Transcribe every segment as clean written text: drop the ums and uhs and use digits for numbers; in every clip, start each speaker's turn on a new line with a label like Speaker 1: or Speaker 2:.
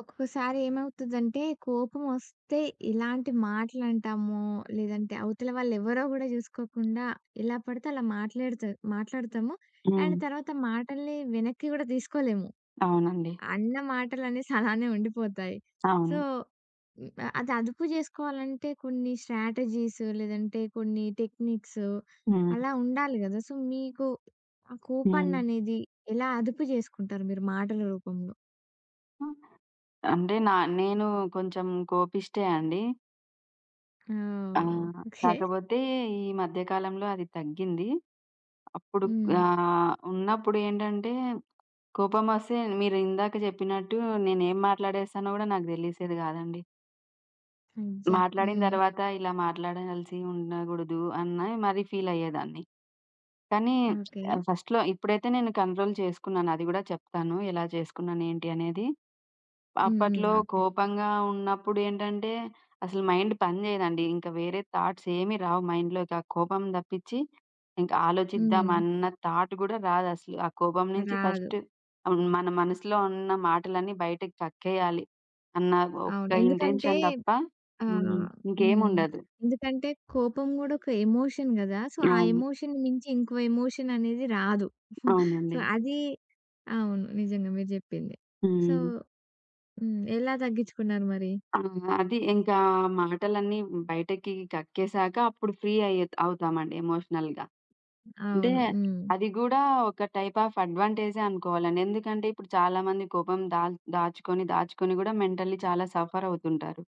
Speaker 1: ఒక్కొక్కసారి ఏమవుతదంటే, కోపమొస్తే ఇలాంటి మాటలంటాము, లేదంటే అవతల వాళ్ళెవరో గూడా జూసుకోకుండా ఎలా పడితే అలా మాట్లాడతాము.
Speaker 2: హ్మ్.
Speaker 1: అండ్ తర్వాత మాటల్ని వెనక్కి గూడా తీసుకోలేము.
Speaker 2: అవునండి.
Speaker 1: అన్న మాటలనేసి అలానే ఉండిపోతాయి. సో,
Speaker 2: అవును.
Speaker 1: హ్మ్, అది అదుపు జేసుకోవాలంటే కొన్ని స్ట్రాటజీస్ లేదంటే కొన్ని టెక్నిక్స్
Speaker 2: హ్మ్.
Speaker 1: అలా ఉండాలి గదా! సో, మీకు ఆ
Speaker 2: హ్మ్.
Speaker 1: కోపాన్ననేది ఎలా అదుపు జేసుకుంటారు మీరు మాటల రూపంలో?
Speaker 2: అంటే నేను కొంచెం కోపిష్టే అండి.
Speaker 1: ఓహ్!
Speaker 2: ఆహ్,
Speaker 1: ఓకే.
Speaker 2: కాకపోతే ఈ మధ్య కాలంలో అది తగ్గింది. అప్పుడు
Speaker 1: హ్మ్.
Speaker 2: ఉన్నప్పుడు ఏంటంటే కోపమొస్తే మీరు ఇందాక చెప్పినట్టు నేనేం మాట్లాడేస్తానో గూడా నాకు దెలిసేది గాదండి.
Speaker 1: అయ్యా!
Speaker 2: మాట్లాడిన
Speaker 1: హ్మ్.
Speaker 2: తర్వాత ఇలా మాట్లాడాల్సి ఉండగూడదు అని మరీ ఫీల్ అయ్యేదాన్ని. కానీ
Speaker 1: ఓకే.
Speaker 2: ఫస్ట్‌లో ఇప్పుడైతే నేను కంట్రోల్ చేసుకున్నాను. అది గూడా చెప్తాను, ఎలా చేసుకున్నాను ఏంటి అనేది.
Speaker 1: హ్మ్.
Speaker 2: అప్పట్లో
Speaker 1: హ్మ్. ఓకే.
Speaker 2: కోపంగా ఉన్నప్పుడేంటంటే, అసలు మైండ్ పని జేయదండి. ఇంకా వేరే థాట్స్ ఏమి రావు మైండ్‌లోకి, ఆ కోపం తప్పిచ్చి. ఇంకా ఆలోచిద్దాం
Speaker 1: హ్మ్.
Speaker 2: అన్న థాట్ గూడా రాదసలు. ఆ కోపం నుంచి
Speaker 1: రాదు.
Speaker 2: ఫస్ట్ మన మనసులో ఉన్న మాటలన్నీ బయటకి కక్కేయాలి అన్న ఒక్క
Speaker 1: అవును. ఎందుకంటే
Speaker 2: ఇంటెన్షన్ తప్ప హ్మ్.
Speaker 1: ఆహ్, హ్మ్.
Speaker 2: ఇంకేముండదు.
Speaker 1: ఎందుకంటే కోపం గూడా ఒక ఎమోషన్ గదా! సో, ఆ
Speaker 2: అవును.
Speaker 1: ఎమోషన్‌ని మించి ఇంకో ఎమోషన్ అనేది రాదు. సో,
Speaker 2: అవునండి.
Speaker 1: అది అవును. నిజంగా మీరు జెప్పింది. సో,
Speaker 2: హ్మ్.
Speaker 1: హ్మ్. ఎలా తగ్గించుకున్నారు మరి?
Speaker 2: ఆ! అది ఇంకా మాటలన్నీ బయటకి కక్కేసాక అప్పుడు ఫ్రీ అయ్యే అవుతామండి ఎమోషనల్‌గా. అంటే
Speaker 1: అవును. హ్మ్.
Speaker 2: అది గూడా ఒక టైప్ ఆఫ్ అడ్వాంటేజే అనుకోవాలండి. ఎందుకంటే ఇప్పుడు చాలామంది కోపం దాచుకొని, దాచుకొని గూడా మెంటల్లీ చాలా సఫర్ అవుతుంటారు.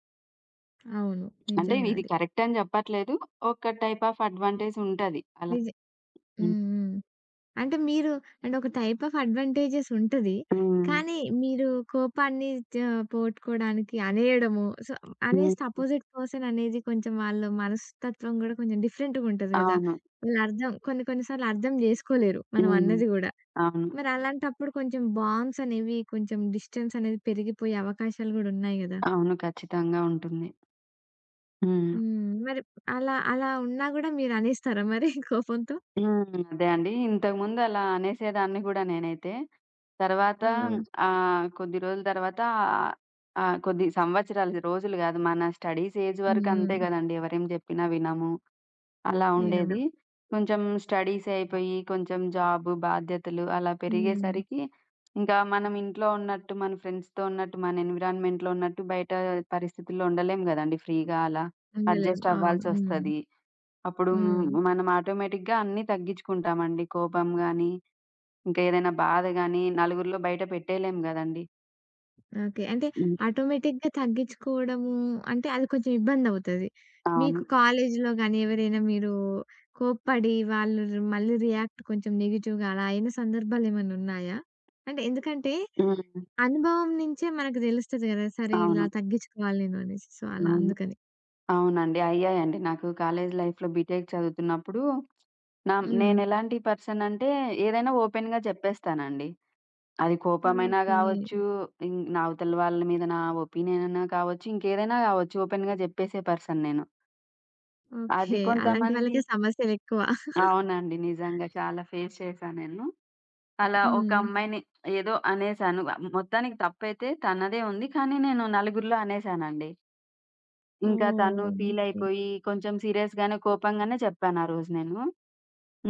Speaker 1: అవును.
Speaker 2: అంటే
Speaker 1: నిజంగా
Speaker 2: ఇది
Speaker 1: అది.
Speaker 2: కరెక్ట్ అని జెప్పట్లేదు. ఒక టైప్ ఆఫ్ అడ్వాంటేజ్ ఉంటది అలా.
Speaker 1: నిజ
Speaker 2: హ్మ్.
Speaker 1: హ్మ్. హ్మ్. అంటే మీరు అంటే ఒక టైప్ ఆఫ్ అడ్వాంటేజెస్ ఉంటది.
Speaker 2: హ్మ్.
Speaker 1: కానీ మీరు కోపాన్ని త పోగొట్టుకోవడానికి అనేయడము, సో, అనేస్తే
Speaker 2: హ్మ్.
Speaker 1: అపోజిట్ పర్సన్ అనేది కొంచెం వాళ్ళ మనస్తత్వం గూడా కొంచెం డిఫరెంట్‌గా ఉంటది గదా!
Speaker 2: అవును.
Speaker 1: వాళ్ళు కొన్ని కొన్ని సార్లు అర్థం జేసుకోలేరు మనం
Speaker 2: హ్మ్.
Speaker 1: అన్నది గూడా.
Speaker 2: అవును.
Speaker 1: మరి అలాంటప్పుడు కొంచెం బాండ్స్ అనేవి కొంచెం డిస్టెన్స్ అనేది పెరిగిపోయే అవకాశాలు గూడా ఉన్నాయి గదా!
Speaker 2: అవును, ఖచ్చితంగా ఉంటుంది. హ్మ్.
Speaker 1: హ్మ్. మరి అలా అలా ఉన్నా గూడా మీరు అనేస్తారా మరి కోపంతో?
Speaker 2: హ్మ్. అదే అండి. ఇంతకుముందు అలా అనేసేదాన్ని గూడా నేనైతే. తర్వాత
Speaker 1: ఓహ్!
Speaker 2: కొద్ది రోజుల తర్వాత ఆహ్, కొద్ది సంవత్సరాలు, రోజులు గాదు. మన స్టడీస్ ఏజ్
Speaker 1: హ్మ్.
Speaker 2: వరకు
Speaker 1: హ్మ్.
Speaker 2: అంతే గదండీ. ఎవరేం జెప్పినా వినము. అలా
Speaker 1: వినము.
Speaker 2: ఉండేది. కొంచెం స్టడీస్ అయిపోయి, కొంచెం జాబు, బాధ్యతలు అలా
Speaker 1: హ్మ్.
Speaker 2: పెరిగేసరికి ఇంకా మనం ఇంట్లో ఉన్నట్టు, మన ఫ్రెండ్స్‌తో ఉన్నట్టు, మన ఎన్విరాన్మెంట్‌లో ఉన్నట్టు బయట పరిస్థితుల్లో ఉండలేం గదండీ ఫ్రీగా అలా.
Speaker 1: ఉండలేము.
Speaker 2: అడ్జస్ట్
Speaker 1: అవును. హ్మ్.
Speaker 2: అవ్వాల్సొస్తది. అప్పుడు
Speaker 1: హ్మ్.
Speaker 2: మనం ఆటోమేటిక్‌గా అన్నీ తగ్గించుకుంటామండి. కోపం గాని, ఇంకా ఏదైనా బాధ గాని, నలుగురిలో బయట పెట్టేయలేం గదండీ!
Speaker 1: ఓకే. అంటే
Speaker 2: హ్మ్.
Speaker 1: ఆటోమేటిక్‌గా తగ్గించుకోవడము అంటే అది కొంచెం ఇబ్బందవుతది.
Speaker 2: అవును.
Speaker 1: మీకు కాలేజీలో గాని ఎవరైనా మీరు కోప్పడి వాళ్ళు మళ్ళీ రియాక్ట్ కొంచెం నెగెటివ్‌గా అలా అయిన సందర్భాలేమన్నా ఉన్నాయా? అంటే ఎందుకంటే
Speaker 2: హ్మ్.
Speaker 1: అనుభవం నుంచే మనకు తెలుస్తది గదా! సరే ఇలా
Speaker 2: అవును.
Speaker 1: తగ్గించుకోవాలి నేను అనేసి. సో, అలా
Speaker 2: అవును.
Speaker 1: అందుకని.
Speaker 2: అవునండి, అయ్యాయండి. నాకు కాలేజ్ లైఫ్‌లో బీటెక్ చదువుతున్నప్పుడు నా
Speaker 1: హ్మ్.
Speaker 2: నేనెలాంటి పర్సన్ అంటే ఏదైనా ఓపెన్‌గా చెప్పేస్తానండి. అది కోపమైనా
Speaker 1: ఓకే.
Speaker 2: గావచ్చు, నా అవతల వాళ్ళ మీద నా ఒపీనియన్ అయినా కావచ్చు, ఇంకేదైనా గావచ్చు. ఓపెన్‌గా జెప్పేసే పర్సన్ నేను. అది
Speaker 1: ఓకే. అలాంటి
Speaker 2: కొంతమంది
Speaker 1: వాళ్ళకే సమస్యలెక్కువ.
Speaker 2: అవునండి, నిజంగా చాలా ఫేస్ చేశా నేను. అలా ఒక
Speaker 1: హ్మ్.
Speaker 2: అమ్మాయిని ఏదో అనేసాను. మొత్తానికి తప్పైతే తనదే ఉంది. కానీ నేను నలుగురిలో అనేసానండి. ఇంకా తను
Speaker 1: ఓహ్! ఓకే.
Speaker 2: ఫీలయిపోయి కొంచెం సీరియస్‌గానే, కోపంగానే చెప్పాను ఆ రోజు నేను.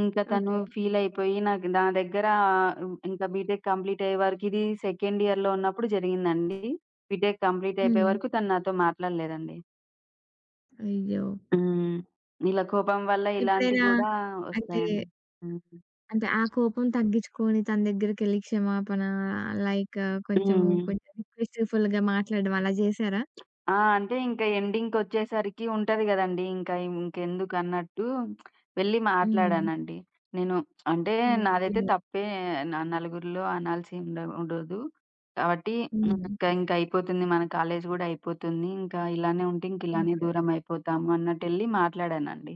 Speaker 2: ఇంకా తను
Speaker 1: ఓకే.
Speaker 2: ఫీలయిపోయి నాకు నా దగ్గర ఇంకా బీటెక్ కంప్లీట్ అయ్యే వరకు, ఇది సెకండ్ ఇయర్‌లో ఉన్నప్పుడు జరిగిందండి. బీటెక్ కంప్లీట్ అయిపోయే
Speaker 1: హ్మ్.
Speaker 2: వరకు తను నాతో మాట్లాడలేదండి.
Speaker 1: అయ్యో!
Speaker 2: హ్మ్. ఇలా కోపం వల్ల ఇలాంటివి
Speaker 1: ఎప్పుడైనా
Speaker 2: గూడా
Speaker 1: అంటే
Speaker 2: ఒస్తాయండి. హ్మ్.
Speaker 1: అంటే ఆ కోపం తగ్గించుకొని తన దగ్గరికెళ్ళి క్షమాపణ లైక్
Speaker 2: హ్మ్.
Speaker 1: కొంచెం రిక్వెస్ట్‌ఫుల్‌గా మాట్లాడడం అలా చేసారా?
Speaker 2: అంటే ఇంకా ఎండింగ్‌కొచ్చేసరికి ఉంటది గదండీ! ఇంకా ఇంకెందుకన్నట్టు వెళ్లి
Speaker 1: హ్మ్.
Speaker 2: మాట్లాడానండి. నేను అంటే నాదైతే
Speaker 1: ఓకే.
Speaker 2: తప్పే, నా నలుగురిలో అనాల్సి ఉండదు. కాబట్టి
Speaker 1: హ్మ్.
Speaker 2: ఇంకా ఇంకా అయిపోతుంది, మన కాలేజ్ గూడా అయిపోతుంది. ఇంకా ఇలానే ఉంటే ఇంక ఇలానే
Speaker 1: ఓకే.
Speaker 2: దూరం అయిపోతాము అన్నట్టెళ్లి మాట్లాడానండి.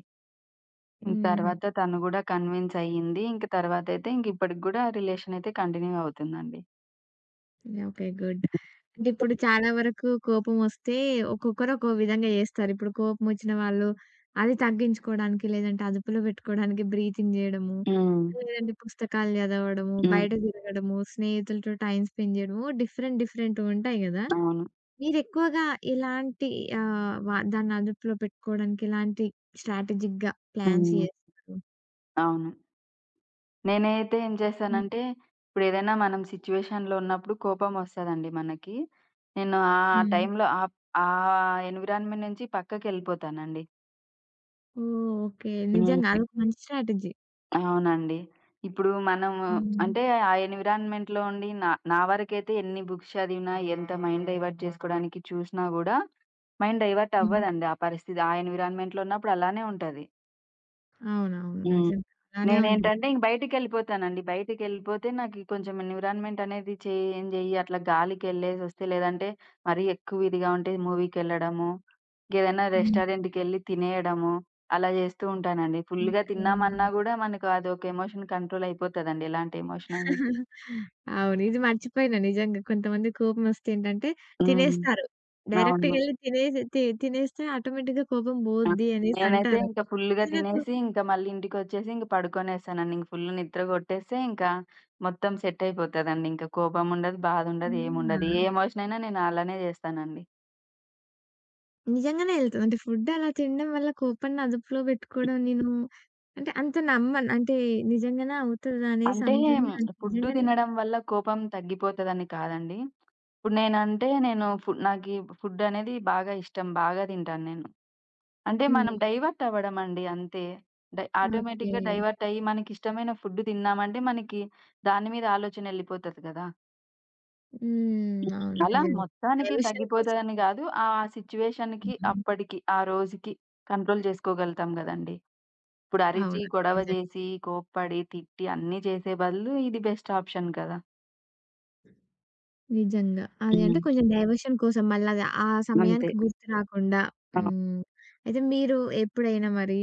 Speaker 2: ఇంక
Speaker 1: హుహు.
Speaker 2: తర్వాత తను గూడా కన్విన్స్ అయ్యింది. ఇంక తర్వాతైతే ఇంక ఇప్పటికి గూడా రిలేషన్ అయితే కంటిన్యూ అవుతుందండి.
Speaker 1: ఓకే. గుడ్. అంటే ఇప్పుడు చాలా వరకు కోపమొస్తే ఒక్కొక్కరు ఒక్కో విధంగా చేస్తారు. ఇప్పుడు కోపమొచ్చిన వాళ్ళు అది తగ్గించుకోవడానికి లేదంటే అదుపులో పెట్టుకోవడానికి బ్రీతింగ్ చేయడము,
Speaker 2: హ్మ్.
Speaker 1: లేదంటే పుస్తకాలు చదవడము,
Speaker 2: హ్మ్.
Speaker 1: బయట తిరగడము, స్నేహితులతో టైమ్ స్పెండ్ చేయడము డిఫరెంట్ డిఫరెంట్‌గా ఉంటాయి కదా!
Speaker 2: అవును.
Speaker 1: మీరెక్కువగా ఎలాంటి ఆహ్, వ దాన్ని అదుపులో పెట్టుకోవడానికి ఎలాంటి స్ట్రాటజిక్‌గా ప్లాన్స్
Speaker 2: హ్మ్.
Speaker 1: చేస్తారు?
Speaker 2: అవును. నేనైతే ఏం
Speaker 1: హ్మ్.
Speaker 2: చేశానంటే, ఇప్పుడేదైనా మనం సిచ్యువేషన్‌లో ఉన్నప్పుడు కోపమొస్తదండి మనకి. నేను ఆ
Speaker 1: హ్మ్.
Speaker 2: టైంలో ఆ ఎన్విరాన్మెంట్ నుంచి పక్కకెళ్ళిపోతానండి.
Speaker 1: ఓహ్! ఓకే. నిజంగా
Speaker 2: హ్మ్.
Speaker 1: అదొక హ్మ్. మంచి స్ట్రాటజీ.
Speaker 2: అవునండి. ఇప్పుడు మనము
Speaker 1: హ్మ్.
Speaker 2: అంటే ఆ ఎన్విరాన్మెంట్‌లో ఉండి నా నా వరకైతే ఎన్ని బుక్స్ చదివినా, ఎంత మైండ్ డైవర్ట్ చేసుకోవడానికి చూసినా గూడా మైండ్ డైవర్ట్
Speaker 1: హ్మ్.
Speaker 2: అవ్వదండి ఆ పరిస్థితి. ఆ ఎన్విరాన్మెంట్‌లో ఉన్నప్పుడు అలానే ఉంటది.
Speaker 1: అవునవును. నిజంగా అలానే ఉంటది.
Speaker 2: నేనేంటంటే ఇంక బయటికెళ్ళిపోతానండి. బయటికెళ్ళిపోతే నాకి కొంచెం ఎన్విరాన్మెంట్ అనేది చేంజ్ అయ్యి అట్లా గాలికెళ్ళేసొస్తే, లేదంటే మరీ ఎక్కువ ఇదిగా ఉంటే మూవీకెళ్ళడము, ఇంకేదైనా
Speaker 1: హ్మ్.
Speaker 2: రెస్టారెంట్‌కెళ్ళి తినేయడము అలా జేస్తూ ఉంటానండి. ఫుల్‌గా
Speaker 1: ఓకే.
Speaker 2: తిన్నామన్నా గూడా మనకు అదొక ఎమోషన్ కంట్రోల్ అయిపోతదండి, ఎలాంటి ఎమోషన్ అయినా.
Speaker 1: అవును. ఇది మర్చిపోయిన నిజంగా కొంతమంది కోపమొస్తే ఏంటంటే
Speaker 2: హ్మ్.
Speaker 1: తినేస్తారు.
Speaker 2: అవును.
Speaker 1: డైరెక్ట్‌గెళ్లి తినేసి తినేస్తే ఆటోమేటిక్‌గా కోపం
Speaker 2: ఆ!
Speaker 1: పోద్ది అనేసి
Speaker 2: నేనైతే
Speaker 1: అంటారు.
Speaker 2: ఇంక ఫుల్‌గా
Speaker 1: అది నాకు
Speaker 2: తినేసి, ఇంక మళ్ళీ ఇంటికొచ్చేసి ఇంక పడుకొనేసానండి. ఇంక ఫుల్ నిద్ర గొట్టేస్తే ఇంకా మొత్తం సెట్ అయిపోతదండి. ఇంక కోపం ఉండదు, బాధ ఉండదు,
Speaker 1: హ్మ్. ఆ!
Speaker 2: ఏముండదు. ఏ ఎమోషన్ అయినా నేను అలానే జేస్తానండి.
Speaker 1: నిజంగానే ఎళ్తది. అంటే ఫుడ్ అలా తినడం వల్ల కోపాన్ని అదుపులో పెట్టుకోవడం నేను అంటే అంత నమ్మను. అంటే నిజంగానే అవుతదా అనేసి
Speaker 2: అంటే
Speaker 1: అంతుంది. అది
Speaker 2: ఫుడ్డు
Speaker 1: నిజంగానే
Speaker 2: తినడం వల్ల కోపం తగ్గిపోతదని కాదండి. ఇప్పుడు నేనంటే నేను ఫు నాకీ ఫుడ్ అనేది బాగా ఇష్టం. బాగా తింటాను నేను. అంటే మనం
Speaker 1: హ్మ్.
Speaker 2: డైవర్ట్ అవ్వడం అండి అంతే.
Speaker 1: ఓకే.
Speaker 2: ఆటోమేటిక్‌గా డైవర్ట్ అయ్యి మనకిష్టమైన ఫుడ్ తిన్నామంటే మనకి దాని మీద ఆలోచన ఎళ్ళిపోతది గదా!
Speaker 1: హ్మ్. అవును.
Speaker 2: అలా
Speaker 1: నిజంగా.
Speaker 2: మొత్తానికి
Speaker 1: డైవర్షన్ కోసం.
Speaker 2: తగ్గిపోతదని గాదు. ఆ సిట్యుయేషన్‌కి
Speaker 1: హ్మ్.
Speaker 2: అప్పటికి, ఆ రోజుకి కంట్రోల్ జేసుకోగలుగుతాం గదండీ. ఇప్పుడు అరిచి,
Speaker 1: అవును.
Speaker 2: గొడవ
Speaker 1: నిజంగా.
Speaker 2: జేసి, కోప్పడి, తిట్టి అన్నీ చేసే బదులు ఇది బెస్ట్ ఆప్షన్ కదా!
Speaker 1: నిజంగా. అది అంటే
Speaker 2: హ్మ్.
Speaker 1: కొంచెం డైవర్షన్ కోసం మళ్ళది ఆ
Speaker 2: అంతే.
Speaker 1: సమయానికి గుర్తు రాకుండా.
Speaker 2: ఆ!
Speaker 1: హ్మ్. అయితే మీరు ఎప్పుడైనా మరి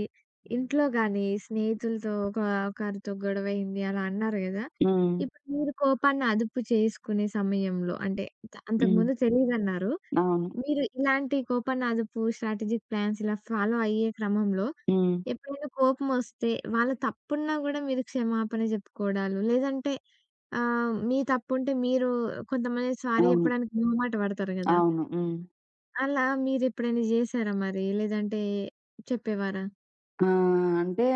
Speaker 1: ఇంట్లో గాని, స్నేహితులతో ఒకరితో గొడవయింది అలా అన్నారు గదా!
Speaker 2: హ్మ్.
Speaker 1: ఇప్పుడు మీరు కోపాన్ని అదుపు చేసుకునే సమయంలో అంటే
Speaker 2: హ్మ్.
Speaker 1: అంతకుముందు తెలీదన్నారు.
Speaker 2: అవును.
Speaker 1: మీరు ఇలాంటి కోపాన్ని అదుపు స్ట్రాటజిక్ ప్లాన్స్ ఇలా ఫాలో అయ్యే క్రమంలో
Speaker 2: హ్మ్.
Speaker 1: ఎప్పుడైనా కోపమొస్తే వాళ్ళు తప్పున్నా గూడా మీరు క్షమాపణ జెప్పుకోవడాలు లేదంటే ఆ! మీ తప్పుంటే మీరు కొంతమంది సారీ
Speaker 2: అవును.
Speaker 1: చెప్పడానికి మొహమాట పడతారు గదా!
Speaker 2: అవును. హ్మ్.
Speaker 1: అలా మీరెప్పుడైనా జేసారా మరి? లేదంటే చెప్పేవారా?
Speaker 2: ఆ! అంటే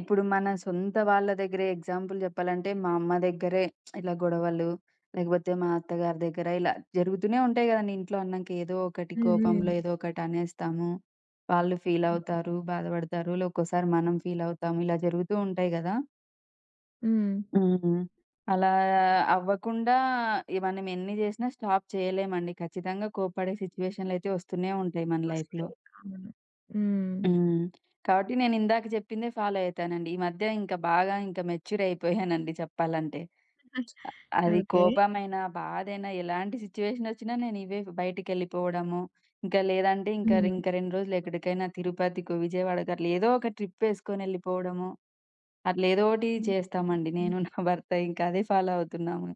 Speaker 2: ఇప్పుడు మన సొంత వాళ్ళ దగ్గరే ఎగ్జాంపుల్ జెప్పాలంటే, మా అమ్మ దగ్గరే ఇలా గొడవలు, లేకపోతే మా అత్తగారి దగ్గర ఇలా జరుగుతూనే ఉంటాయి గదండీ! ఇంట్లో అన్నాక ఏదో ఒకటి కోపంలో
Speaker 1: హ్మ్.
Speaker 2: ఏదో ఒకటి అనేస్తాము. వాళ్ళు ఫీల్
Speaker 1: హ్మ్.
Speaker 2: అవుతారు, బాధపడతారు. లే ఒక్కోసారి మనం ఫీల్ అవుతాము. ఇలా జరుగుతూ ఉంటాయి గదా!
Speaker 1: హ్మ్.
Speaker 2: హ్మ్. అలా అవ్వకుండా మనం ఎన్ని జేసినా స్టాప్ చేయలేమండి. ఖచ్చితంగా కోప్పడే సిట్యుయేషన్‌లయితే వస్తూనే ఉంటాయి మన లైఫ్‌లో.
Speaker 1: వస్తాయి. అవును. హ్మ్.
Speaker 2: హ్మ్. కాబట్టి నేనిందాక చెప్పిందే ఫాలో అయితానండి. ఈ మధ్య ఇంకా బాగా ఇంకా మెచ్యూర్ అయిపోయానండి చెప్పాలంటే. అది
Speaker 1: ఓకే.
Speaker 2: కోపమైనా, బాధైనా ఎలాంటి సిట్యుయేషన్ ఒచ్చినా నేను ఇవే, బయటికెళ్ళిపోవడము, ఇంకా లేదంటే ఇంకా
Speaker 1: హ్మ్.
Speaker 2: ఇంక 2 రోజులు ఎక్కడికైనా తిరుపతికో, విజయవాడకో అట్లా ఏదో ఒక ట్రిప్ ఏసుకొనెళ్ళిపోవడము, అట్లా ఏదోటి చేస్తామండి. నేను నా భర్త ఇంకా అదే ఫాలో అవుతున్నాము.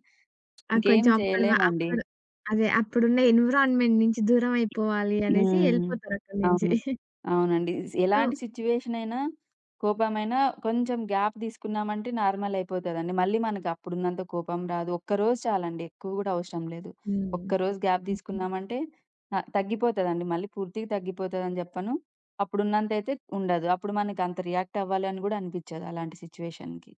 Speaker 1: ఆ!
Speaker 2: ఇంకేం
Speaker 1: కొంచెం
Speaker 2: చేయలేమండి.
Speaker 1: అప్పుడు అదే అప్పుడున్న ఎన్విరాన్మెంట్ నుంచి దూరం అయిపోవాలి అనేసి
Speaker 2: హ్మ్.
Speaker 1: ఎళ్ళిపోతారక్కడి నుంచి.
Speaker 2: అవును. అవునండి. స్
Speaker 1: సో,
Speaker 2: ఎలాంటి సిట్యుయేషన్ అయినా, కోపమైనా, కొంచెం గ్యాప్ తీసుకున్నామంటే నార్మల్ అయిపోతదండి. మళ్ళీ మనకు అప్పుడున్నంత కోపం రాదు. ఒక్కరోజు చాలండి, ఎక్కువ గూడా అవసరం లేదు.
Speaker 1: హ్మ్.
Speaker 2: ఒక్కరోజు గ్యాప్ తీసుకున్నామంటే న తగ్గిపోతదండి. మళ్ళీ పూర్తిగా తగ్గిపోతదని చెప్పను. అప్పుడున్నంతయితే ఉండదు. అప్పుడు మనకు అంత రియాక్ట్ అవ్వాలి అని గూడా అనిపిచ్చదు అలాంటి సిట్యుయేషన్‌కి.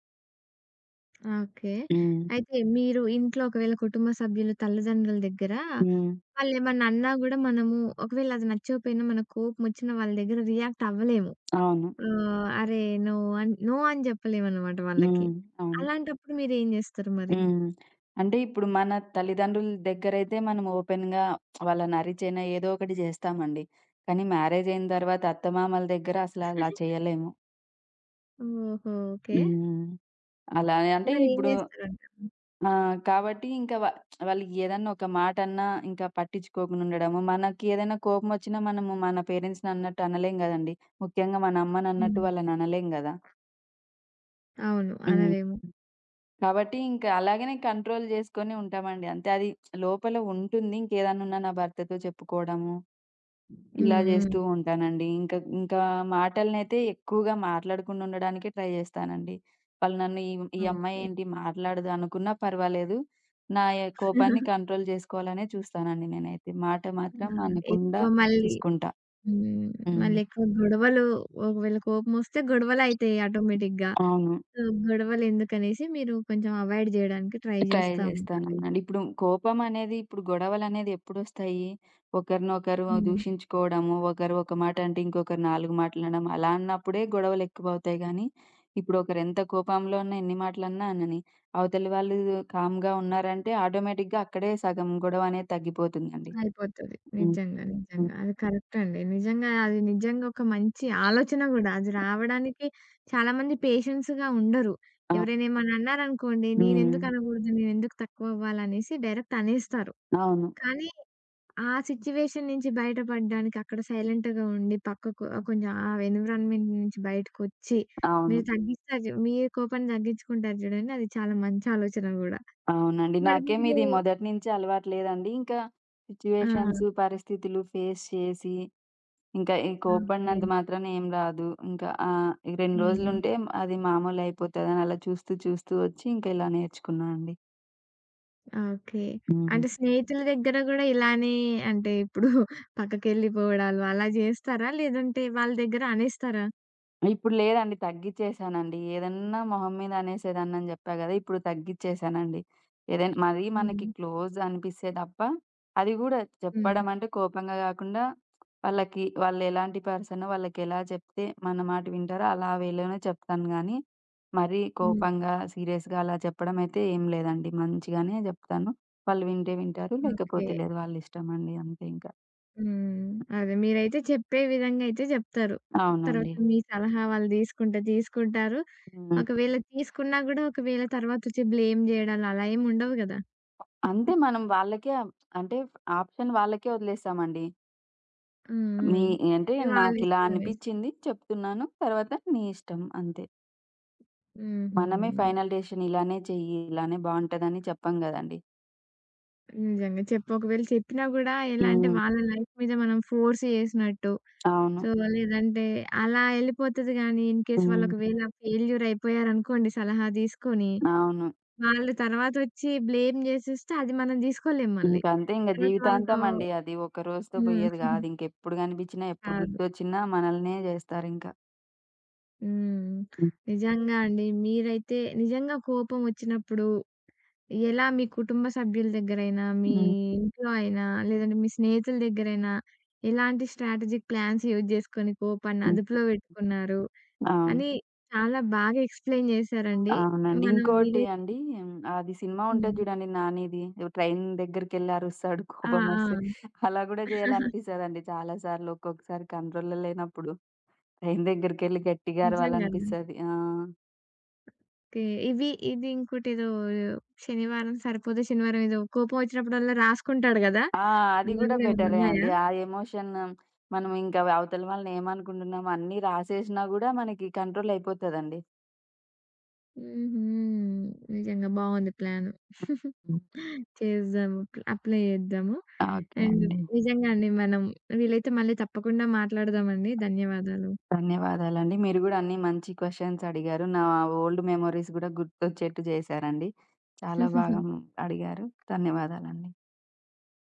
Speaker 1: ఓకే.
Speaker 2: హ్మ్.
Speaker 1: అయితే మీరు ఇంట్లో ఒకవేళ కుటుంబ సభ్యులు, తల్లిదండ్రుల దగ్గర
Speaker 2: హ్మ్.
Speaker 1: వాళ్ళేమన్నా అన్నా గూడా మనము ఒకవేళ అది నచ్చకపోయినా మనకు కోపమొచ్చిన వాళ్ళ దగ్గర రియాక్ట్ అవ్వలేము.
Speaker 2: అవును.
Speaker 1: ఆహ్, అరే! నో నో అని చెప్పలేమనమాట వాళ్ళకి.
Speaker 2: హ్మ్. అవును.
Speaker 1: అలాంటప్పుడు మీరేం జేస్తారు మరి?
Speaker 2: హ్మ్. అంటే ఇప్పుడు మన తల్లిదండ్రుల దగ్గరైతే మనం ఓపెన్‌గా వాళ్ళని అరిచైనా ఏదో ఒకటి జేస్తామండి. కానీ మ్యారేజ్ అయిన తర్వాత అత్తమామల దగ్గర అసల అలా చేయలేము.
Speaker 1: ఓహో! ఓకే.
Speaker 2: హ్మ్. అలానే అంటే
Speaker 1: మరేం
Speaker 2: ఇప్పుడు
Speaker 1: జేస్తారంటారు?
Speaker 2: ఆ! కాబట్టి ఇంకా వాళ్ళు ఏదన్నా ఒక మాటన్నా ఇంకా పట్టించుకోకుండా ఉండడము. మనకి ఏదైనా కోపమొచ్చినా మనము మన పేరెంట్స్‌ని అన్నట్టు అనలేం గదండీ. ముఖ్యంగా మన అమ్మనన్నట్టు
Speaker 1: హ్మ్.
Speaker 2: వాళ్ళననలేం గదా!
Speaker 1: అవును.
Speaker 2: హ్మ్.
Speaker 1: అనలేము.
Speaker 2: కాబట్టి ఇంక అలాగనే కంట్రోల్ చేసుకొని ఉంటామండి. అంతే, అది లోపల ఉంటుంది. ఇంకేదన్నున్నా నా భర్తతో చెప్పుకోవడము, ఇలా
Speaker 1: హ్మ్. హ్మ్.
Speaker 2: చేస్తూ ఉంటానండి. ఇంకా ఇంకా మాటలనైతే ఎక్కువగా మాట్లాడకుండా ఉండడానికే ట్రై చేస్తానండి. వాళ్ళు నన్ను ఈ ఈ అమ్మాయి
Speaker 1: ఓకే.
Speaker 2: ఏంటి మాట్లాడదు అనుకున్నా పర్వాలేదు. నా కోపాన్ని కంట్రోల్ చేసుకోవాలనే చూస్తానండి నేనైతే. మాట
Speaker 1: ఆ!
Speaker 2: మాత్రం అనకుండా
Speaker 1: ఎక్కువ మళ్ళీ
Speaker 2: చూసుకుంటా.
Speaker 1: హ్మ్.
Speaker 2: హ్మ్.
Speaker 1: మళ్ళెక్కువ గొడవలు ఒకవేళ కోపమొస్తే గొడవలయితాయి ఆటోమేటిక్‌గా.
Speaker 2: అవును.
Speaker 1: సో, గొడవలెందుకనేసి మీరు కొంచెం అవాయిడ్ జేయడానికి ట్రై
Speaker 2: ట్రై
Speaker 1: జేస్తా ఉంటారైతే.
Speaker 2: జేస్తానన్నాండి. ఇప్పుడు కోపమనేది, ఇప్పుడు గొడవలనేది ఎప్పుడొస్తాయి? ఒకరినొకరు
Speaker 1: హ్మ్.
Speaker 2: దూషించుకోవడము, ఒకరు ఒక మాట అంటే ఇంకొకరు 4 మాటలనడం అలా అన్నప్పుడే గొడవలెక్కువవుతాయి గానీ, ఇప్పుడు ఒకరెంత కోపంలో ఉన్న ఎన్ని మాటలన్నా అనని, అవతలి వాళ్ళు కామ్‌గా ఉన్నారంటే ఆటోమేటిక్‌గా అక్కడే సగం గొడవనేది తగ్గిపోతుందండి.
Speaker 1: అయిపోతది.
Speaker 2: హ్మ్.
Speaker 1: నిజంగా.
Speaker 2: హ్మ్.
Speaker 1: నిజంగా. అది కరెక్ట్ అండి. నిజంగా అది నిజంగా ఒక మంచి ఆలోచన గూడా. అది రావడానికి చాలామంది పేషెన్స్‌గా ఉండరు.
Speaker 2: అవును.
Speaker 1: ఎవరైనా ఏమన్నా అన్నారనుకోండి,
Speaker 2: హ్మ్.
Speaker 1: నేనెందుకు అనగూడదు, నేనెందుకు తక్కువ అవ్వాలనేసి డైరెక్ట్ అనేస్తారు.
Speaker 2: అవును.
Speaker 1: కానీ ఆ సిట్యుయేషన్ నుంచి బయటపడడానికి అక్కడ సైలెంట్‌గా ఉండి, పక్కకు ఆహ్, కొంచెం ఆ ఎన్విరాన్మెంట్ నుంచి బయటకొచ్చి,
Speaker 2: అవును.
Speaker 1: మీరు తగ్గిస్తారు చు మీ కోపాన్ని తగ్గించుకుంటారు చూడండి. అది చాలా మంచి ఆలోచన గూడా.
Speaker 2: అవునండి.
Speaker 1: మరి మీరు
Speaker 2: నాకేమిది మొదటి నుంచి అలవాటు లేదండి. ఇంకా
Speaker 1: ఆ!
Speaker 2: సిట్యుయేషన్స్, పరిస్థితులు ఫేస్ చేసి ఇంకా ఈ
Speaker 1: ఓకే.
Speaker 2: కోప్పడినంత మాత్రాన ఏం రాదు, ఇంకా ఈ 2
Speaker 1: హ్మ్.
Speaker 2: రోజులుంటే అది మామూలయిపోతదని అలా చూస్తూ చూస్తూ వచ్చి, ఇంకా ఇలా నేర్చుకున్నా అండి.
Speaker 1: ఓకే.
Speaker 2: హ్మ్.
Speaker 1: అంటే స్నేహితుల దగ్గర గూడా ఇలానే అంటే ఇప్పుడు పక్కకెళ్ళిపోవడాలు అలా జేస్తారా? లేదంటే వాళ్ళ దగ్గర అనేస్తారా?
Speaker 2: ఇప్పుడు లేదండి. తగ్గిచ్చేశానండి. ఏదన్నా మొహం మీద అనేసేదాన్నని జెప్పా గదా! ఇప్పుడు తగ్గిచ్చేశానండి. ఏదైనా మరీ మనకి
Speaker 1: హ్మ్.
Speaker 2: క్లోజ్ అనిపిస్తే తప్ప, అది గూడా
Speaker 1: హ్మ్.
Speaker 2: చెప్పడం అంటే కోపంగా గాకుండా వాళ్ళకి, వాళ్ళెలాంటి పర్సనో వాళ్ళకెలా చెప్తే మన మాట వింటారో అలా వేలోనే చెప్తాను గానీ, మరీ
Speaker 1: హ్మ్.
Speaker 2: కోపంగా, సీరియస్‌గా అలా చెప్పడం అయితే ఏం లేదండి. మంచిగానే జెప్తాను. వాళ్ళు వింటే వింటారు,
Speaker 1: ఓకే.
Speaker 2: లేకపోతే లేదు. వాళ్ళిష్టమండి అంతే ఇంకా.
Speaker 1: హ్మ్. అదే. మీరైతే చెప్పే విధంగా అయితే జెప్తారు. తర్వాత
Speaker 2: అవునండి.
Speaker 1: మీ సలహా వాళ్ళు తీసుకుంటారు.
Speaker 2: హ్మ్.
Speaker 1: ఒకవేళ తీసుకున్నా గూడా ఒకవేళ తర్వాతొచ్చి బ్లేమ్ జేయడాలు అలా ఏమి ఉండవు గదా!
Speaker 2: అంతే,
Speaker 1: హ్మ్.
Speaker 2: మనం వాళ్ళకే ఆప్ అంటే ఆప్షన్ వాళ్ళకే వదిలేసామండి. మీ
Speaker 1: హ్మ్.
Speaker 2: అంటే
Speaker 1: ఇగ
Speaker 2: నాకిలా
Speaker 1: వాళ్ళిష్టమనేసి.
Speaker 2: అనిపిచ్చింది చెప్తున్నాను, తర్వాత నీ ఇష్టం అంతే.
Speaker 1: హుహు.
Speaker 2: మనమే ఫైనల్ డెసిషన్ ఇలానే చెయ్యి, ఇలానే బావుంటదని చెప్పం గదండీ.
Speaker 1: నిజంగా. ఒకవేళ చెప్పినా గూడా ఎలా అంటే
Speaker 2: హ్మ్.
Speaker 1: వాళ్ళ లైఫ్ మీద మనం ఫోర్స్ చేసినట్టు.
Speaker 2: అవును.
Speaker 1: సో, లేదంటే అలా ఎళ్ళిపోతది గానీ ఇన్‌కేస్ వాళ్ళు
Speaker 2: హ్మ్.
Speaker 1: ఒకవేళ ఫెయిల్యూర్ అయిపోయారనుకోండి సలహా తీసుకొని
Speaker 2: అవును.
Speaker 1: వాళ్ళు తర్వాతొచ్చి బ్లేమ్ జేసేస్తే అది మనం దీసుకోలేం మళ్ళీ.
Speaker 2: ఇంకంతే ఇంగ
Speaker 1: తర్వాత వాళ్ళతో
Speaker 2: జీవితాంతం అండి అది. ఒక రోజుతో
Speaker 1: హ్మ్.
Speaker 2: పోయేది గాదు. ఇంకెప్పుడు గనిపిచ్చినా, ఎప్పుడు
Speaker 1: కాదు.
Speaker 2: గుర్తొచ్చినా మనల్నే జేస్తారింక.
Speaker 1: హ్మ్.
Speaker 2: హ్మ్.
Speaker 1: నిజంగా అండి. మీరైతే నిజంగా కోపమొచ్చినప్పుడు ఎలా మీ కుటుంబ సభ్యుల దగ్గరైనా, మీ
Speaker 2: హ్మ్.
Speaker 1: ఇంట్లో అయినా, లేదంటే మీ స్నేహితుల దగ్గరైనా ఎలాంటి స్ట్రాటజిక్ ప్లాన్స్ యూజ్ జేసుకొని కోపాన్ని
Speaker 2: హ్మ్.
Speaker 1: అదుపులో బెట్టుకున్నారు
Speaker 2: అవును.
Speaker 1: అని చాలా బాగా ఎక్స్‌ప్లెయిన్ జేశారండి.
Speaker 2: అవునండి.
Speaker 1: మనం
Speaker 2: ఇంకోటి
Speaker 1: వీలైతే
Speaker 2: అండి హ్మ్. అది సినిమా ఉంటది
Speaker 1: హ్మ్.
Speaker 2: జూడండి 'నానిది'. ట్రైన్ దగ్గరికెళ్లి అరుస్తాడు
Speaker 1: ఆ! ఆ!
Speaker 2: కోపమొస్తే. అలా గూడా జేయాలనిపిస్తదండి చాలా సార్లు. ఒక్కొక్కసారి కంట్రోల్‌లో లేనప్పుడు ట్రైన్ దగ్గరికెళ్లి గట్టిగా
Speaker 1: నిజంగానే.
Speaker 2: అరవాలనిపిస్తది. ఆ!
Speaker 1: ఓకే. ఇవి ఇది ఇంకోటేదో శనివారం సరిపోతే శనివారం ఏదో కోపం వచ్చినప్పుడల్లా రాసుకుంటాడు గదా!
Speaker 2: ఆ! అది
Speaker 1: అలా
Speaker 2: గూడా
Speaker 1: గూడా ఏమన్నా
Speaker 2: బెటరే
Speaker 1: ఉన్నాయా?
Speaker 2: అండి. ఆ ఎమోషన్, మనం ఇంకా అవతల వాళ్ళని ఏమనుకుంటున్నామో అన్నీ రాసేసినా గూడా మనకి కంట్రోల్ అయిపోతదండి.
Speaker 1: హుహు. నిజంగా బావుంది ప్లాను.
Speaker 2: హ్మ్.
Speaker 1: చేద్దాము. అప్లై అప్లై చేద్దాము.
Speaker 2: ఓకే
Speaker 1: అండ్
Speaker 2: అండి.
Speaker 1: నిజంగా అండి మనం వీలైతే మళ్ళీ తప్పకుండా మాట్లాడదామండి. ధన్యవాదాలు.
Speaker 2: ధన్యవాదాలండి. మీరు గూడా అన్నీ మంచి క్వెషన్స్ అడిగారు. నా ఓల్డ్ మెమోరీస్ గూడా గుర్తొచ్చేట్టు జేశారండి. చాలా బాగా అడిగారు. ధన్యవాదాలండి.